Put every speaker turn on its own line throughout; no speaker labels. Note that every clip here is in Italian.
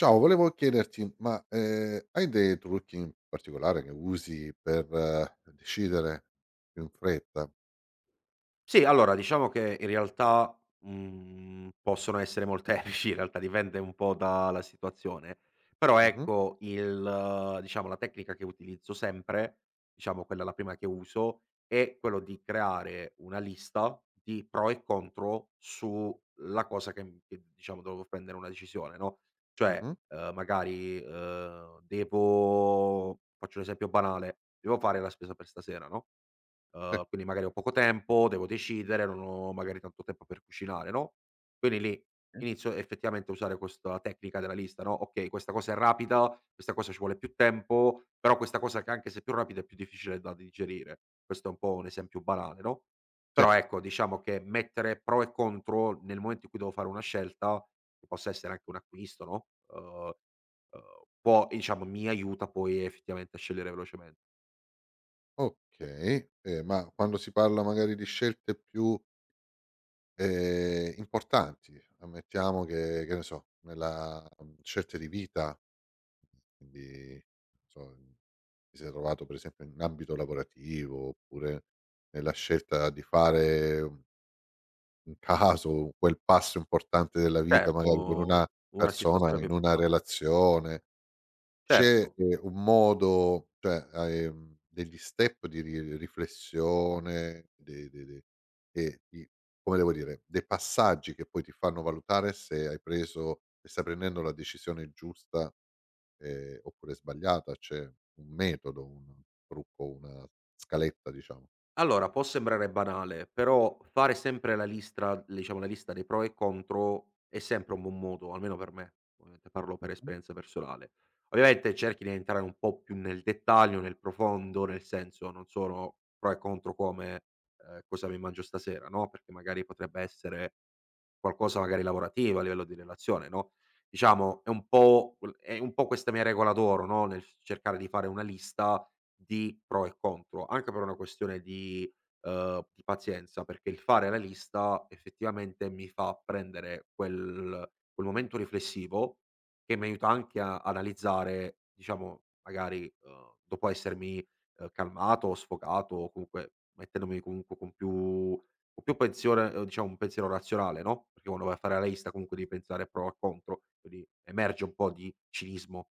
Ciao, volevo chiederti, ma, hai dei trucchi in particolare che usi per decidere più in fretta?
Sì, allora diciamo che in realtà, possono essere molteplici, in realtà dipende un po' dalla situazione, però
Mh-mh,
ecco il diciamo la tecnica che utilizzo sempre, diciamo quella la prima che uso, è quello di creare una lista di pro e contro sulla cosa che diciamo dovevo prendere una decisione, no, cioè,
mh-mh,
magari, devo faccio un esempio banale, devo fare la spesa per stasera, no?
sì,
Quindi magari ho poco tempo, devo decidere, non ho magari tanto tempo per cucinare, no, quindi lì inizio effettivamente a usare questa tecnica della lista, no: "Okay, questa cosa è rapida, questa cosa ci vuole più tempo, però questa cosa che anche se più rapida è più difficile da digerire." Questo è un po' un esempio banale, no,
sì,
però ecco, diciamo che mettere pro e contro nel momento in cui devo fare una scelta, che possa essere anche un acquisto, no, uhm, può diciamo mi aiuta poi effettivamente a scegliere velocemen
okay. Ma quando si parla magari di scelte più, importanti, ammettiamo che ne so, nella, scelte di vita, quindi non so, ti sei trovato per esempio in ambito lavorativo, oppure nella scelta di fare un caso, quel passo importante della vita magari con
Certo.
una
Una situazione
persona, in
più
una
portata.
relazione. C'è,
Certo.
un modo, cioè, hai, degli step di ri riflessione, de de de e di, come devo dire, dei passaggi che poi ti fanno valutare se hai preso se stai prendendo la decisione giusta, oppure sbagliata? C'è un metodo, un trucco, una scaletta, diciamo.
Allora, può sembrare banale, però fare sempre la listra diciamo la lista dei pro e contro è sempre un buon modo, almeno per me, ovviamente parlo per
Mh-mh.
esperienza personale. Ovviamente cerchi di entrare un po' più nel dettaglio, nel profondo, nel senso non sono pro e contro come, cosa mi mangio stasera, no, perché magari potrebbe essere qualcosa magari lavorativo, a livello di relazione, no, diciamo è un po' quel è un po' questa mia regola d'oro, no, nel cercare di fare una lista di pro e contro, anche per una questione di pazienza, perché il fare la lista effettivamente mi fa prendere quel momento riflessivo che mi aiuta anche a analizzare, diciamo, magari, dopo essermi, calmato o sfogato o comunque mettendomi comunque con più pensione diciamo un pensiero razionale, no, perché quando vai a fare la lista comunque devi pensare pro e contro, quindi emerge un po' di cinismo.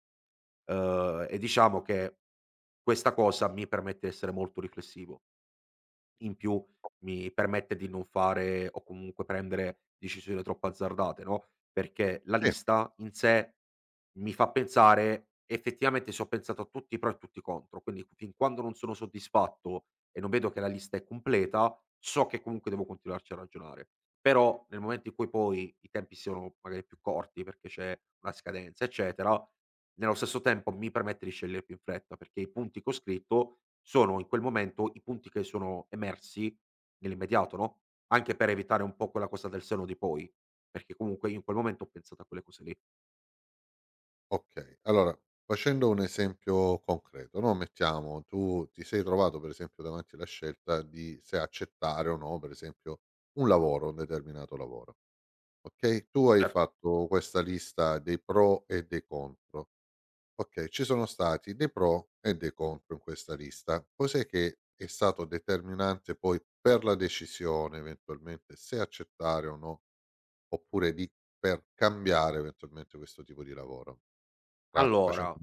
E diciamo che questa cosa mi permette di essere molto riflessivo. In più mi permette di non fare o comunque prendere decisioni troppo azzardate, no, perché la lista in sé mi fa pensare effettivamente se ho pensato a tutti i pro e tutti i contro, quindi fin quando non sono soddisfatto e non vedo che la lista è completa, so che comunque devo continuarci a ragionare. Però nel momento in cui poi i tempi siano magari più corti perché c'è una scadenza, eccetera, nello stesso tempo mi permette di scegliere più in fretta perché i punti che ho scritto sono in quel momento i punti che sono emersi nell'immediato, no, anche per evitare un po' quella cosa del "se no di poi", perché comunque io in quel momento ho pensato a quelle cose lì.
Okay, allora, facendo un esempio concreto, no, mettiamo tu ti sei trovato per esempio davanti alla scelta di se accettare o no, per esempio, un lavoro, un determinato lavoro, okay, tu hai
Certo.
fatto questa lista dei pro e dei contro. Okay, ci sono stati dei pro e dei contro in questa lista. Cos'è che è stato determinante poi per la decisione eventualmente se accettare o no, oppure di per cambiare eventualmente questo tipo di lavoro? Tra facendo
Allora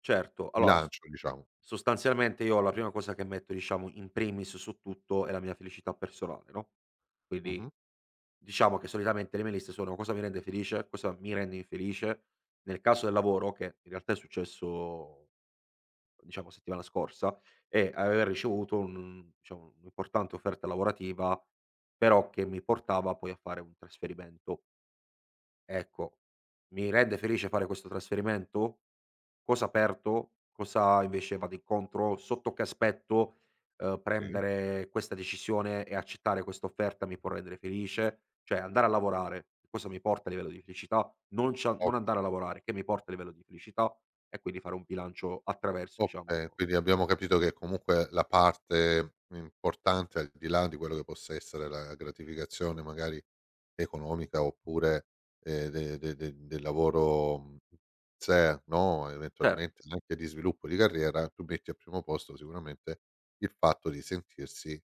certo, allora s
Bilancio, diciamo.
sostanzialmente io la prima cosa che metto, diciamo, in primis su tutto è la mia felicità personale, no, quindi
Mh-mh.
diciamo che solitamente le mie liste sono: cosa mi rende felice, cosa mi rende infelice. Nel caso del lavoro, che in realtà è successo diciamo settimana scorsa, e aveva ricevuto un diciamo un'importante offerta lavorativa, però che mi portava poi a fare un trasferimento. Ecco, mi rende felice fare questo trasferimento? Cosa perdo? Cosa invece vado incontro? Sotto che aspetto,
Sì,
prendere questa decisione e accettare questa offerta mi può rendere felice? Cioè andare a lavorare, cosa mi porta a livello di felicità? Non c'ha non andare a
okay,
lavorare, che mi porta a livello di felicità? E quindi fare un bilancio attraverso diciamo
okay, quindi abbiamo capito che comunque la parte importante, al di là di quello che possa essere la gratificazione magari economica oppure, de de de del lavoro, sé, no,
cer
eventualmente anche di sviluppo di carriera, tu metti al primo posto sicuramente il fatto di sentirsi,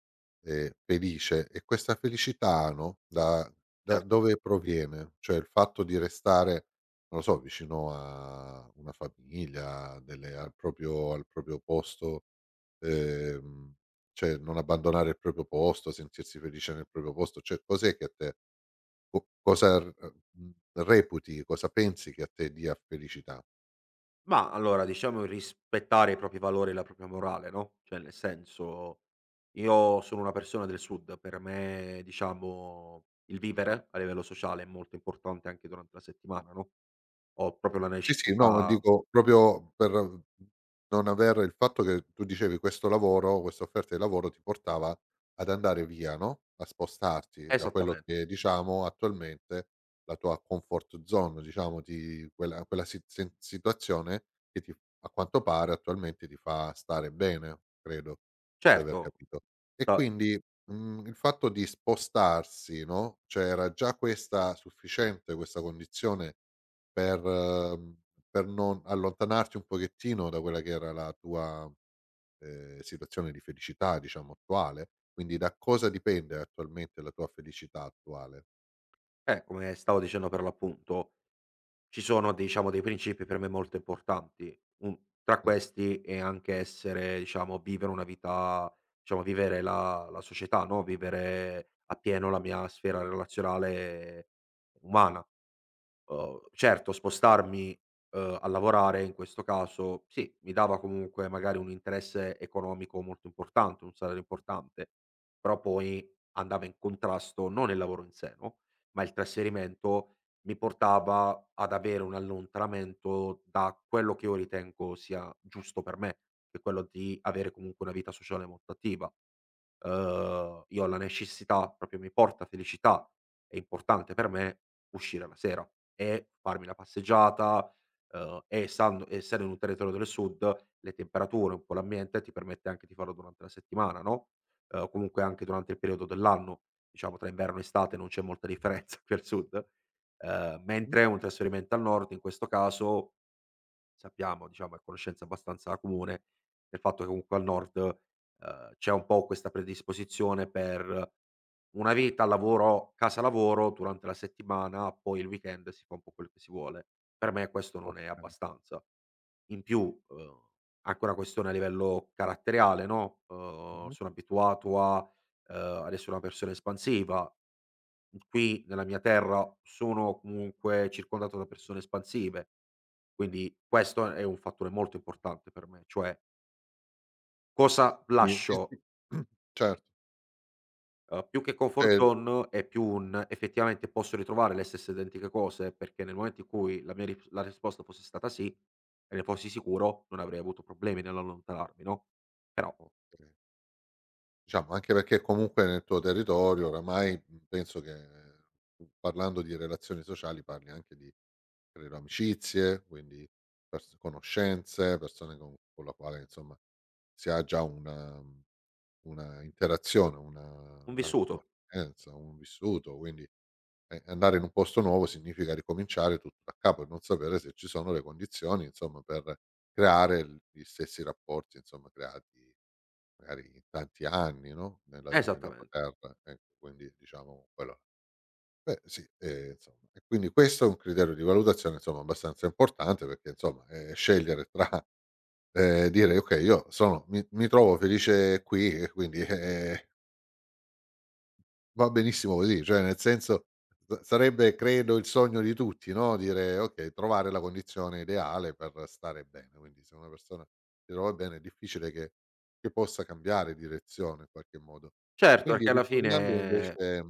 felice, e questa felicità, no, da
Certo.
dove proviene? Cioè il fatto di restare, non lo so, vicino a una famiglia, delle al proprio posto, ehm, cioè non abbandonare il proprio posto, sentirsi felice nel proprio posto, cioè cos'è che a te, co cosa r mhmm, reputi, cosa pensi che a te dia felicità?
Ma allora diciamo rispettare i propri valori e la propria morale, no, cioè nel senso, io sono una persona del sud, per me diciamo il vivere a livello sociale è molto importante anche durante la settimana, no, ho proprio la
Sì, sì, no, ma
necessità.
dico proprio per non aver il fatto che tu dicevi questo lavoro, questa offerta di lavoro ti portava ad andare via, no, a spostarti da quello
Esattamente.
che, diciamo, attualmente la tua comfort zone, diciamo ti quella si sen situazione che ti, a quanto pare, attualmente ti fa stare bene, credo di aver
Certo,
capito. E
da
quindi, il fatto di spostarsi, no, cioè era già questa sufficiente, questa condizione per mhmm, per non allontanarti un pochettino da quella che era la tua, situazione di felicità, diciamo, attuale? Quindi da cosa dipende attualmente la tua felicità attuale?
come stavo dicendo per l'appunto ci sono diciamo dei principi per me molto importanti. Un Tra
Mh.
questi è anche essere diciamo vivere una vita diciamo vivere la società, no, vivere appieno la mia sfera relazionale umana. Certo spostarmi, a lavorare in questo caso, sì, mi dava comunque magari un interesse economico molto importante, un salario importante, però poi andava in contrasto non il lavoro in sé, no, ma il trasferimento mi portava ad avere un allontanamento da quello che io ritengo sia giusto per me, che è quello di avere comunque una vita sociale molto attiva. Io ho la necessità, proprio mi porta felicità, è importante per me uscire la sera. E farmi la passeggiata, e essando essendo in un territorio del sud, le temperature, un po' l'ambiente, ti permette anche di farlo durante la settimana, no, o comunque anche durante il periodo dell'anno, diciamo tra inverno e estate non c'è molta differenza qui al sud,
Mh,
mentre un trasferimento al nord in questo caso sappiamo, diciamo, è conoscenza abbastanza comune del fatto che comunque al nord, c'è un po' questa predisposizione per una vita lavoro casa lavoro durante la settimana, poi il weekend si fa un po' quel che si vuole. Per me questo non è
okay.
abbastanza. In più, uhm, anche una questione a livello caratteriale, no,
Mh-mh.
sono abituato a ad essere una persona espansiva. Qui nella mia terra sono comunque circondato da persone espansive, quindi questo è un fattore molto importante per me, cioè cosa
Quindi ti
lascio.
ti certo,
Più che comfort
cioè
zone è più un effettivamente posso ritrovare le stesse identiche cose, perché nel momento in cui la risposta fosse stata sì e ne fossi sicuro, non avrei avuto problemi nell'allontanarmi, no, però
okay. Diciamo, anche perché comunque nel tuo territorio oramai, penso che, parlando di relazioni sociali parli anche di, credo, amicizie, quindi pers conoscenze, persone con la quale, insomma, si ha già una interazione, una
un
una
vissuto.
conoscenza, un vissuto, quindi, andare in un posto nuovo significa ricominciare tutto da capo e non sapere se ci sono le condizioni, insomma, per creare l gli stessi rapporti, insomma, creati magari in tanti anni, no, nella tua
Esattamente.
terra, ecco, quindi diciamo quello, beh sì, insomma, e quindi questo è un criterio di valutazione, insomma, abbastanza importante perché, insomma, scegliere tra, dire: "Okay, io sono, mi trovo felice qui e quindi, Va benissimo così, cioè nel senso s sarebbe, credo, il sogno di tutti, no, dire: "Okay, trovare la condizione ideale per stare bene". Quindi, se una persona si trova bene, è difficile che possa cambiare direzione in qualche modo.
Certo,
Quindi,
perché alla
ritornando
fine
invece,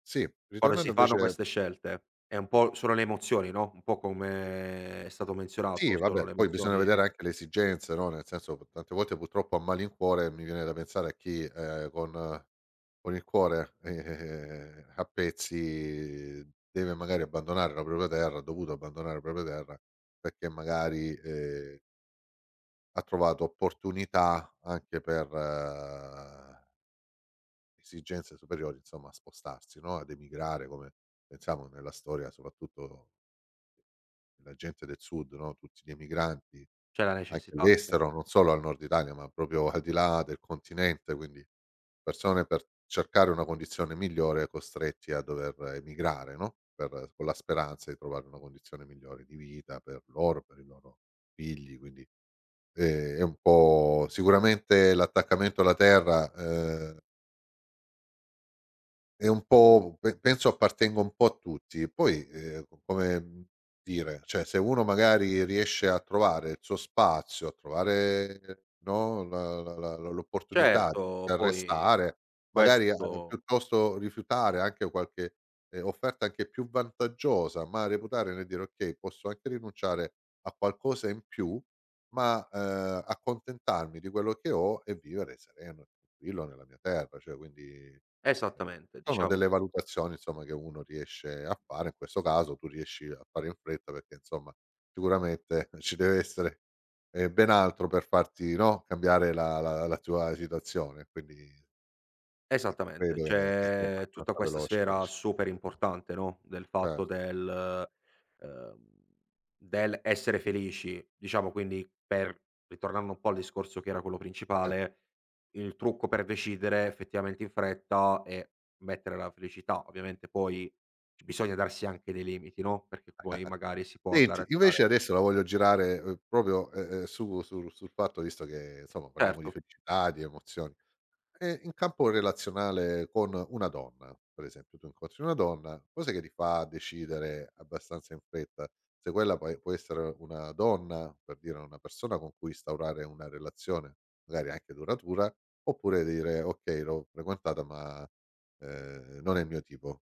sì,
quando si
ritornando
fanno
invece.
queste scelte è un po' sono le emozioni, no, un po' come è stato menzionato,
Sì,
sono
vabbè,
le
poi bisogna
emozioni,
vedere anche le esigenze, no, nel senso, p tante volte purtroppo a malincuore mi viene da pensare a chi, con il cuore, a pezzi, deve magari abbandonare la propria terra, ha dovuto abbandonare la propria terra perché magari, ha trovato opportunità anche per esigenze superiori, insomma, a spostarsi, no, ad emigrare, come pensiamo nella storia, soprattutto della gente del sud, no, tutti gli emigranti.
c'è la
Anche
necessità dicia
all'estero, non solo al nord Italia, ma proprio al di là del continente, quindi persone, per cercare una condizione migliore, costretti a dover emigrare, no, per, con la speranza di trovare una condizione migliore di vita per loro, per i loro figli, quindi, è un po' sicuramente l'attaccamento alla terra, è un po', pe penso appartenga un po' a tutti. Poi, co come dire, cioè se uno magari riesce a trovare il suo spazio, a trovare, no, l'opportunità
certo,
per
poi
restare, magari, a
questo
piuttosto rifiutare anche qualche, offerta anche più vantaggiosa, ma reputare, nel dire: "Okay, posso anche rinunciare a qualcosa in più, ma, accontentarmi di quello che ho e vivere sereno e tranquillo nella mia terra." Cioè, quindi, ehm
esattamente,
sono
diciamo
delle valutazioni, insomma, che uno riesce a fare, in questo caso tu riesci a fare in fretta perché, insomma, sicuramente ci deve essere, ben altro per farti, no, cambiare la tua situazione, quindi, e
esattamente,
credo che sia
c'è tutta
abbastanza
questa
veloce la
sfera
deci
super importante, no, del fatto
certo,
del ehm, del essere felici. Diciamo quindi, per ritornando un po' al discorso che era quello
eh.
principale, il trucco per decidere effettivamente in fretta è mettere la felicità. Ovviamente poi bisogna darsi anche dei limiti, no, perché poi magari si può andare
Senti,
a
invece,
creare
adesso la voglio girare, proprio, su sul sul fatto, visto che, insomma, parliamo di
certo.
felicità, di emozioni. In campo relazionale con una donna, per esempio, tu incontri una donna, cos'è che ti fa decidere abbastanza in fretta se quella poi può essere una donna, per dire, una persona con cui instaurare una relazione, magari anche duratura, oppure dire: "Okay, l'ho frequentata, ma, non è il mio tipo.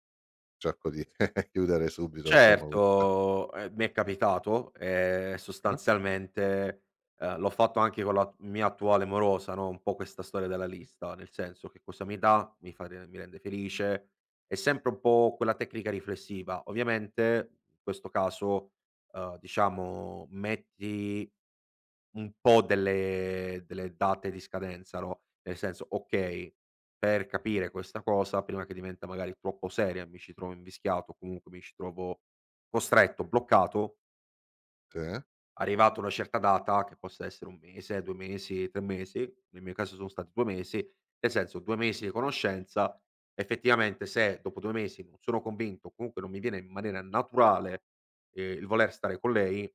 Cerco di chiudere subito, insomma, questa."
Certo, mi è capitato,
eh,
sostanzialmente, l'ho fatto anche con la mia attuale morosa, no, un po' questa storia della lista, nel senso che cosa mi dà, mi fa re mi rende felice, è sempre un po' quella tecnica riflessiva. Ovviamente, in questo caso, diciamo metti un po' delle date di scadenza, no, nel senso: okay, per capire questa cosa prima che diventa magari troppo seria, mi ci trovo invischiato, o comunque mi ci trovo costretto, bloccato,
sì, eh?
arrivato a una certa data, che possa essere 1 mese, 2 mesi, 3 mesi, nel mio caso sono stati 2 mesi, nel senso 2 mesi di conoscenza, effettivamente se dopo 2 mesi non sono convinto, o comunque non mi viene in maniera naturale, il voler stare con lei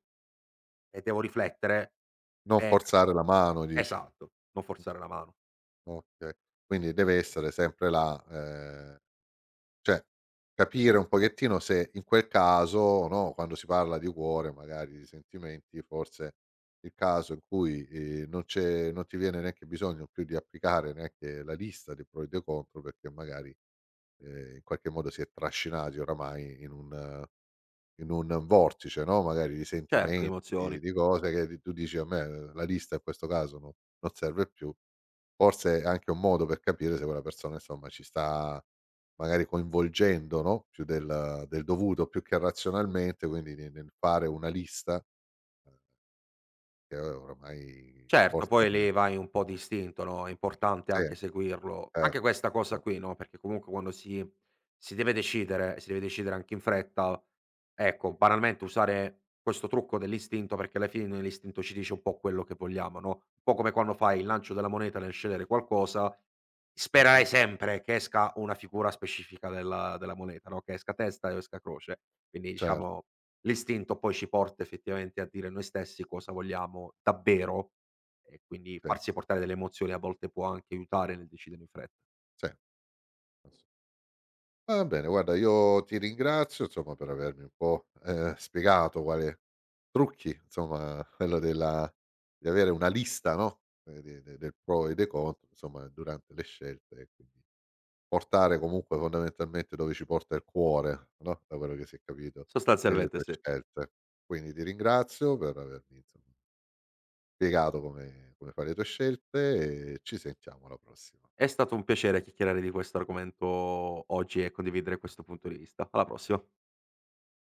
e devo riflettere,
Non
eh,
forzare la mano, dici.
esatto, non forzare la mano.
Okay, quindi deve essere sempre la, cioè, capire un pochettino se, in quel caso, no, quando si parla di cuore, magari di sentimenti, forse il caso in cui, non ti viene neanche bisogno più di applicare neanche la lista dei pro e dei contro, perché magari, in qualche modo si è trascinati oramai in un, in un vortice, no, magari di
Certo, le
sentimenti,
emozioni.
di cose che di tu dici: "A me, la lista, in questo caso, no, non serve più." Forse è anche un modo per capire se quella persona, insomma, ci sta magari coinvolgendo, no, più del dovuto, più che razionalmente, quindi ne nel fare una lista che oramai
Certo,
forse,
poi lì vai un po' di istinto, no, è importante
sì, eh,
anche seguirlo.
eh,
Anche questa cosa qui, no, perché comunque quando si deve decidere, si deve decidere anche in fretta, ecco, banalmente usare questo trucco dell'istinto, perché alla fine noi l'istinto ci dice un po' quello che vogliamo, no, un po' come quando
eh,
fai il lancio della moneta nel scegliere qualcosa,
mh-mh,
spererai sempre che esca una figura specifica della moneta, no, che esca testa o esca croce. Quindi
certo,
diciamo l'istinto poi ci porta effettivamente a dire noi stessi cosa vogliamo davvero e quindi
sì,
farsi portare dalle emozioni a volte può anche aiutare nel decidere in fretta.
sì, ass va bene, guarda, io ti ringrazio, insomma, per avermi un po', spiegato quale trucchi, insomma, quello della di avere una lista, no, de de del pro e dei contro, insomma, durante le scelte, e quindi portare comunque fondamentalmente dove ci porta il cuore, no, da quello che si è capito, nelle
Sostanzialmente
tue
sì.
scelte. Quindi ti ringrazio per avermi, insomma, spiegato come fai le tue scelte e ci sentiamo alla prossima.
È stato un piacere chiacchierare di questo argomento oggi e condividere questo punto di vista. Alla prossima.